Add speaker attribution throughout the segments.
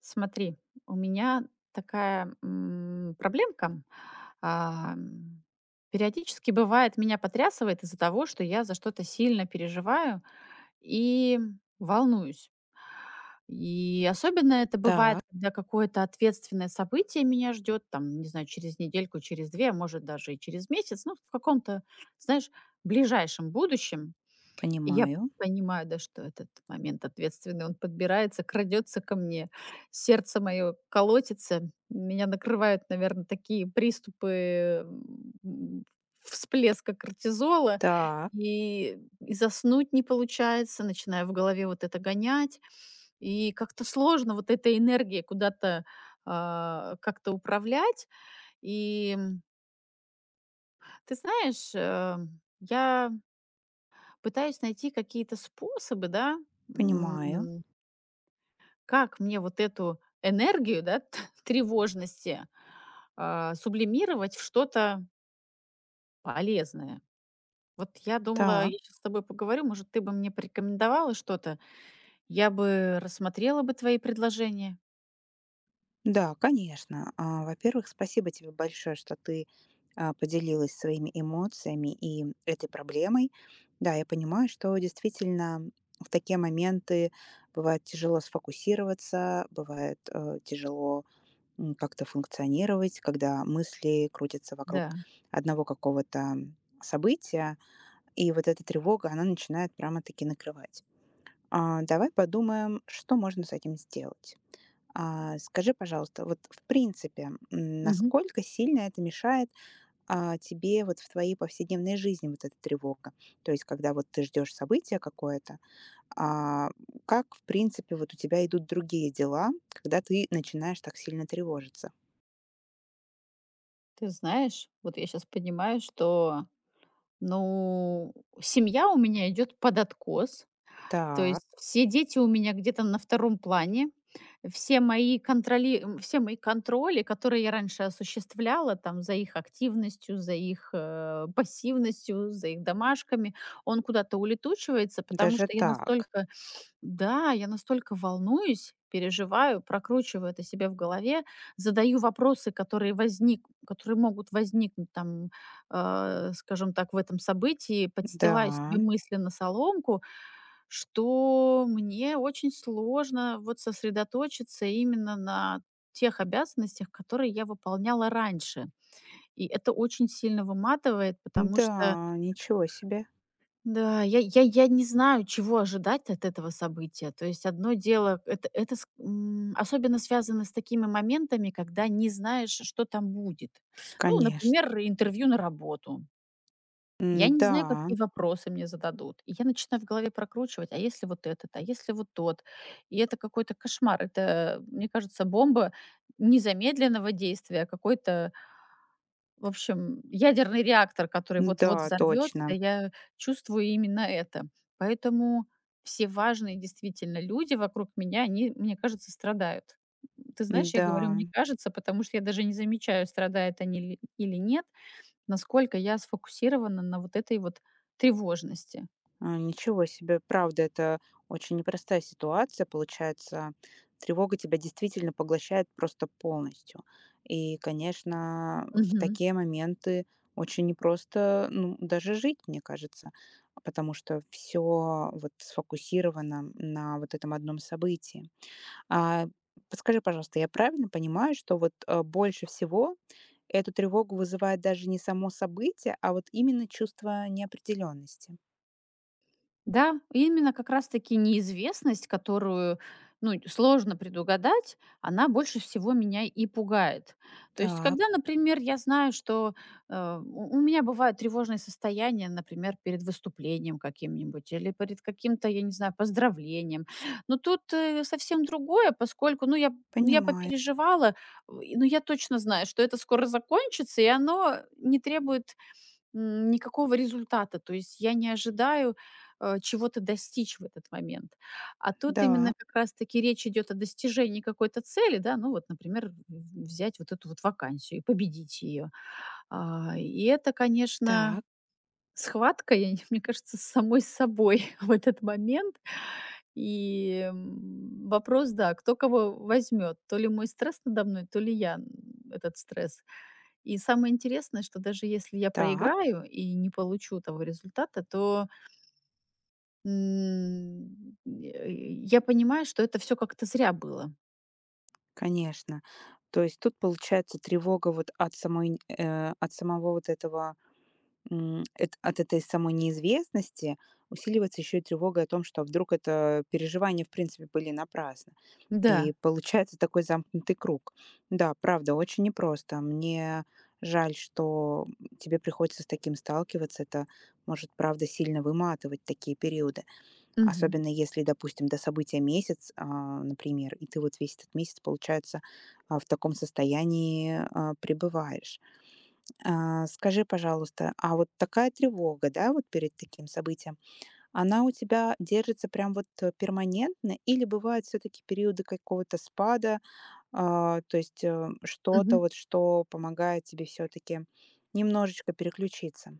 Speaker 1: Смотри, у меня такая проблемка. А, м, Периодически бывает, меня потрясывает из-за того, что я за что-то сильно переживаю и волнуюсь. И особенно это бывает,
Speaker 2: Так,
Speaker 1: когда какое-то ответственное событие меня ждет, там, не знаю, через недельку, через две, а может, даже и через месяц, ну, в каком-то, знаешь, ближайшем будущем. И я п
Speaker 2: понимаю.
Speaker 1: понимаю, да, что этот момент ответственный, он подбирается, крадется ко мне. Сердце мое колотится. Меня накрывают, наверное, такие приступы, м, всплеска кортизола,
Speaker 2: Так,
Speaker 1: и заснуть не получается. Начинаю в голове вот это гонять, и как-то сложно вот этой энергией куда-то, как-то управлять. И, ты знаешь, я пытаюсь найти какие-то способы, да,
Speaker 2: понимаю.
Speaker 1: м, как мне вот эту энергию, да, тревожности сублимировать в что-то полезное. Вот я думала,
Speaker 2: Так,
Speaker 1: я сейчас с тобой поговорю, может, ты бы мне порекомендовала что-то, я бы рассмотрела бы твои предложения.
Speaker 2: да, конечно. Во-первых, спасибо тебе большое, что ты поделилась своими эмоциями и этой проблемой. Да, я понимаю, что действительно в такие моменты бывает тяжело сфокусироваться, бывает тяжело как-то функционировать, когда мысли крутятся вокруг
Speaker 1: Да.
Speaker 2: одного какого-то события, и вот эта тревога, она начинает прямо-таки накрывать. Давай подумаем, что можно с этим сделать. Скажи, пожалуйста, вот в принципе,
Speaker 1: Мгм.
Speaker 2: насколько сильно это мешает тебе вот в твоей повседневной жизни вот эта тревога? То есть, когда вот ты ждешь события какое-то, а, как в принципе вот у тебя идут другие дела, когда ты начинаешь так сильно тревожиться?
Speaker 1: Ты знаешь, вот я сейчас понимаю, что, ну, семья у меня идет под откос. То
Speaker 2: Так,
Speaker 1: есть все дети у меня где-то на втором плане. Все мои контроли, которые я раньше осуществляла там за их активностью, за их, пассивностью, за их домашками, он куда-то улетучивается, потому
Speaker 2: даже
Speaker 1: что я
Speaker 2: так.
Speaker 1: настолько волнуюсь, переживаю, прокручиваю это себе в голове, задаю вопросы, которые могут возникнуть там, скажем так, в этом событии,
Speaker 2: Да,
Speaker 1: подстилаю себе мысленно соломку, что мне очень сложно вот сосредоточиться именно на тех обязанностях, которые я выполняла раньше. И это очень сильно выматывает, потому что
Speaker 2: да, ничего себе.
Speaker 1: да, я не знаю, чего ожидать от этого события. То есть одно дело, это особенно связано с такими моментами, когда не знаешь, что там будет. Ну,
Speaker 2: Конечно.
Speaker 1: например, интервью на работу. Я не знаю,
Speaker 2: Да,
Speaker 1: какие вопросы мне зададут. И я начинаю в голове прокручивать, а если вот этот, а если вот тот. И это какой-то кошмар. Это, мне кажется, бомба не замедленного действия, а какой-то в общем, ядерный реактор, который вот-вот
Speaker 2: да,
Speaker 1: взорвется,
Speaker 2: точно.
Speaker 1: я чувствую именно это. Поэтому все важные действительно люди вокруг меня, они, мне кажется, страдают. Ты знаешь, я говорю
Speaker 2: Да.
Speaker 1: "мне кажется", потому что я даже не замечаю, страдают они ли или нет, насколько я сфокусирована на вот этой вот тревожности.
Speaker 2: Ничего себе. Правда, это очень непростая ситуация. Получается, тревога тебя действительно поглощает просто полностью. И, конечно, в
Speaker 1: Мгм.
Speaker 2: такие моменты очень непросто, ну, даже жить, мне кажется, потому что все вот сфокусировано на вот этом одном событии. А Подскажи, пожалуйста, я правильно понимаю, что вот больше всего эту тревогу вызывает даже не само событие, а вот именно чувство неопределенности?
Speaker 1: Да, именно как раз таки неизвестность, которую, ну, сложно предугадать, она больше всего меня и пугает. То есть,
Speaker 2: Так.
Speaker 1: когда, например, я знаю, что у меня бывают тревожные состояния, например, перед выступлением каким-нибудь или перед каким-то, я не знаю, поздравлением. Но тут совсем другое, поскольку, ну, ну, я
Speaker 2: Понимаю.
Speaker 1: попереживала, но я точно знаю, что это скоро закончится, и оно не требует никакого результата. То есть я не ожидаю, чего-то достичь в этот момент. А тут
Speaker 2: Да.
Speaker 1: именно как раз таки речь идет о достижении какой-то цели, да. Ну вот, например, в взять вот эту вот вакансию и победить ее. А, и это, конечно,
Speaker 2: Так,
Speaker 1: схватка, я не мне кажется, с самой собой в этот момент. И, вопрос, да, кто кого возьмет: то ли мой стресс надо мной, то ли я, этот стресс. И самое интересное, что даже если я
Speaker 2: так,
Speaker 1: проиграю и не получу того результата, то, я понимаю, что это все как-то зря было.
Speaker 2: конечно. То есть тут получается тревога вот от самой, от самого вот этого, от этой самой неизвестности усиливается еще и тревога о том, что вдруг это переживания в принципе были напрасно. И
Speaker 1: Да.
Speaker 2: получается такой замкнутый круг. Да, правда, очень непросто. Мне жаль, что тебе приходится с таким сталкиваться. Это может, правда, сильно выматывать такие периоды.
Speaker 1: Мгм.
Speaker 2: Особенно если, допустим, до события месяц, например, и ты вот весь этот месяц, получается, в таком состоянии, пребываешь. Скажи, пожалуйста, а вот такая тревога, да, вот перед таким событием, она у тебя держится прям вот, перманентно или бывают все таки периоды какого-то спада? То есть, что-то
Speaker 1: Мгм.
Speaker 2: вот, что помогает тебе все таки немножечко переключиться?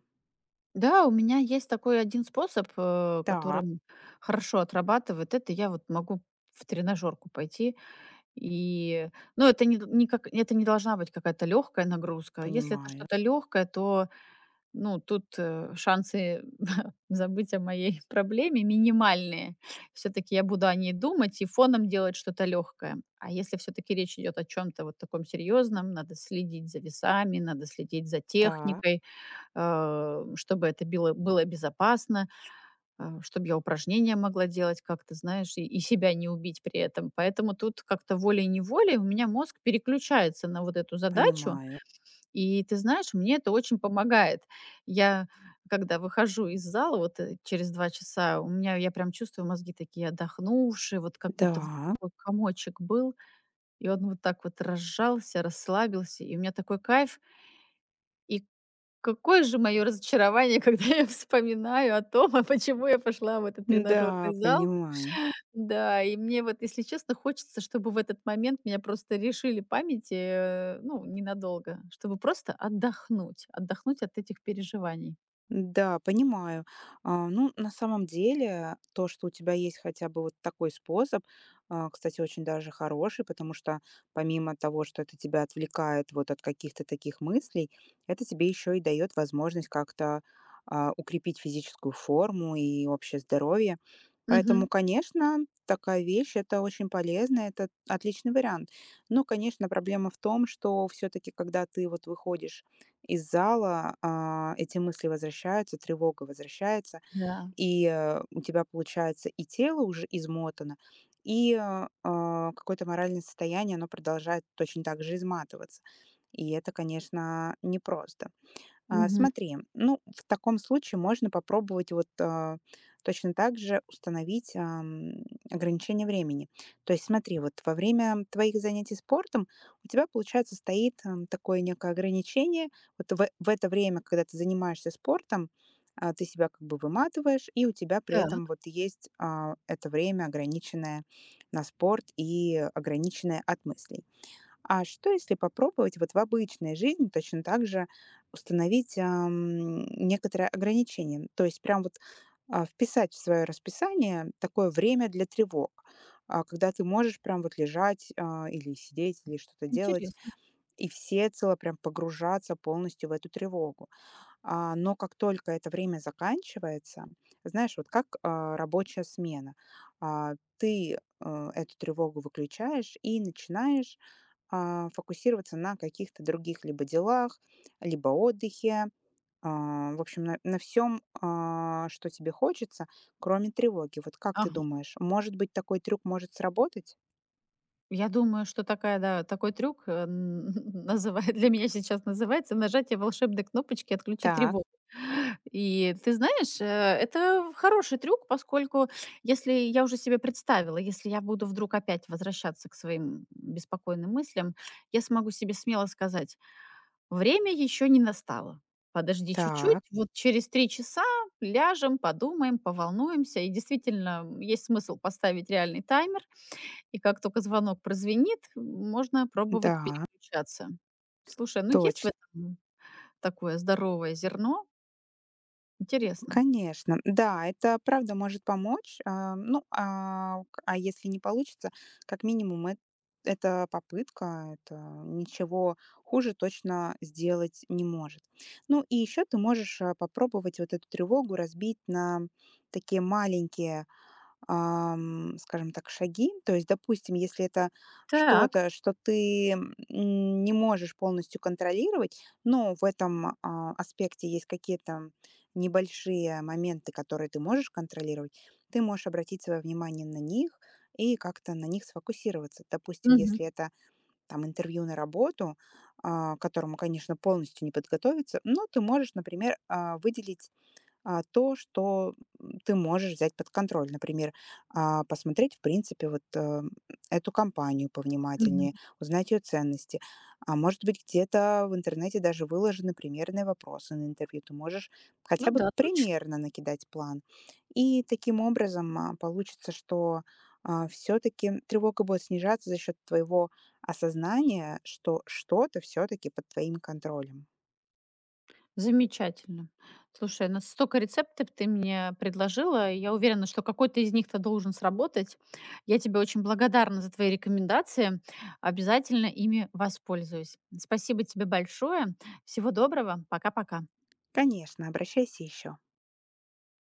Speaker 1: Да, у меня есть такой один способ,
Speaker 2: Да,
Speaker 1: которым хорошо отрабатывает. Это я вот могу в тренажерку пойти. И, ну, это не должна быть какая-то легкая нагрузка. Если это
Speaker 2: понимаю.
Speaker 1: что-то легкое, то ну, тут, шансы забыть о моей проблеме минимальные. Все таки я буду о ней думать и фоном делать что-то легкое. А если все таки речь идет о чем то вот таком серьёзном, надо следить за весами, надо следить за
Speaker 2: Да,
Speaker 1: техникой, чтобы это было безопасно, чтобы я упражнения могла делать как-то, знаешь, и себя не убить при этом. Поэтому тут как-то волей-неволей у меня мозг переключается на вот эту задачу,
Speaker 2: понимаю.
Speaker 1: и ты знаешь, мне это очень помогает. Я когда выхожу из зала вот, через 2 часа, у меня я прям чувствую, мозги такие отдохнувшие, вот как будто вот
Speaker 2: Да.
Speaker 1: такой комочек был, и он вот так вот разжался, расслабился, и у меня такой кайф. И какое же моё разочарование, когда я вспоминаю о том, а почему я пошла в этот
Speaker 2: Да,
Speaker 1: тренажерный зал.
Speaker 2: понимаю.
Speaker 1: Да, и мне вот, если честно, хочется, чтобы в этот момент меня просто решили памяти, ну, ненадолго, чтобы просто отдохнуть, отдохнуть от этих переживаний.
Speaker 2: Да, понимаю. Ну, на самом деле, то, что у тебя есть хотя бы вот такой способ, кстати, очень даже хороший, потому что помимо того, что это тебя отвлекает вот от каких-то таких мыслей, это тебе еще и дает возможность как-то укрепить физическую форму и общее здоровье.
Speaker 1: Мгм.
Speaker 2: Поэтому, конечно, такая вещь, это очень полезно, это отличный вариант. Но, конечно, проблема в том, что все-таки, когда ты вот выходишь из зала, эти мысли возвращаются, тревога возвращается,
Speaker 1: Да.
Speaker 2: и, у тебя получается и тело уже измотано, и, какое-то моральное состояние, оно продолжает точно так же изматываться. И это, конечно, непросто.
Speaker 1: Мгм.
Speaker 2: Смотри, ну, в таком случае можно попробовать вот точно так же установить ограничение времени. То есть смотри, вот во время твоих занятий спортом у тебя, получается, стоит такое некое ограничение. Вот в это время, когда ты занимаешься спортом, ты себя как бы выматываешь, и у тебя при этом
Speaker 1: Так,
Speaker 2: вот есть это время ограниченное на спорт и ограниченное от мыслей. А что, если попробовать вот в обычной жизни точно так же установить некоторое ограничение? То есть прям вот вписать в свое расписание такое время для тревог, когда ты можешь прям вот лежать или сидеть, или что-то делать,
Speaker 1: интересно.
Speaker 2: и всецело прям погружаться полностью в эту тревогу. Но как только это время заканчивается, знаешь, вот как рабочая смена, ты эту тревогу выключаешь и начинаешь фокусироваться на каких-то других либо делах, либо отдыхе, в общем, на всем, что тебе хочется, кроме тревоги. Вот как ты
Speaker 1: Ага.
Speaker 2: думаешь, может быть, такой трюк может сработать?
Speaker 1: Я думаю, что да, такой трюк, э, н называет для меня сейчас называется нажатие волшебной кнопочки "Отключи
Speaker 2: Так,
Speaker 1: тревогу". И ты знаешь, это хороший трюк, поскольку если я уже себе представила, если я буду вдруг опять возвращаться к своим беспокойным мыслям, я смогу себе смело сказать: "Время еще не настало. Подожди чуть-чуть,
Speaker 2: так,
Speaker 1: вот через 3 часа ляжем, подумаем, поволнуемся". И действительно, есть смысл поставить реальный таймер, и как только звонок прозвенит, можно пробовать
Speaker 2: да,
Speaker 1: переключаться. Слушай, ну есть в
Speaker 2: точно.
Speaker 1: этом такое здоровое зерно? Интересно.
Speaker 2: Конечно, да, это правда может помочь. Ну, а если не получится, как минимум это попытка, это ничего хуже точно сделать не может. Ну и еще ты можешь попробовать вот эту тревогу разбить на такие маленькие скажем так, шаги. То есть, допустим, если это
Speaker 1: Так.
Speaker 2: что-то, что ты не можешь полностью контролировать, но в этом аспекте есть какие-то небольшие моменты, которые ты можешь контролировать, ты можешь обратить свое внимание на них и как-то на них сфокусироваться. Допустим,
Speaker 1: Мгм,
Speaker 2: если это там интервью на работу, к которому, конечно, полностью не подготовиться, но ты можешь, например, выделить то, что ты можешь взять под контроль. Например, посмотреть, в принципе, вот, эту компанию
Speaker 1: мгм.
Speaker 2: повнимательнее, узнать ее ценности. А может быть, где-то в интернете даже выложены примерные вопросы на интервью. Ты можешь
Speaker 1: Ну
Speaker 2: хотя бы
Speaker 1: да, точно.
Speaker 2: примерно накидать план. И таким образом, получится, что, все-таки тревога будет снижаться за счет твоего осознания, что что-то все-таки под твоим контролем.
Speaker 1: Замечательно. Слушай, ну столько рецептов ты мне предложила, и я уверена, что какой-то из них-то должен сработать. Я тебе очень благодарна за твои рекомендации. Обязательно ими воспользуюсь. Спасибо тебе большое. Всего доброго. Пока-пока.
Speaker 2: Конечно, обращайся еще.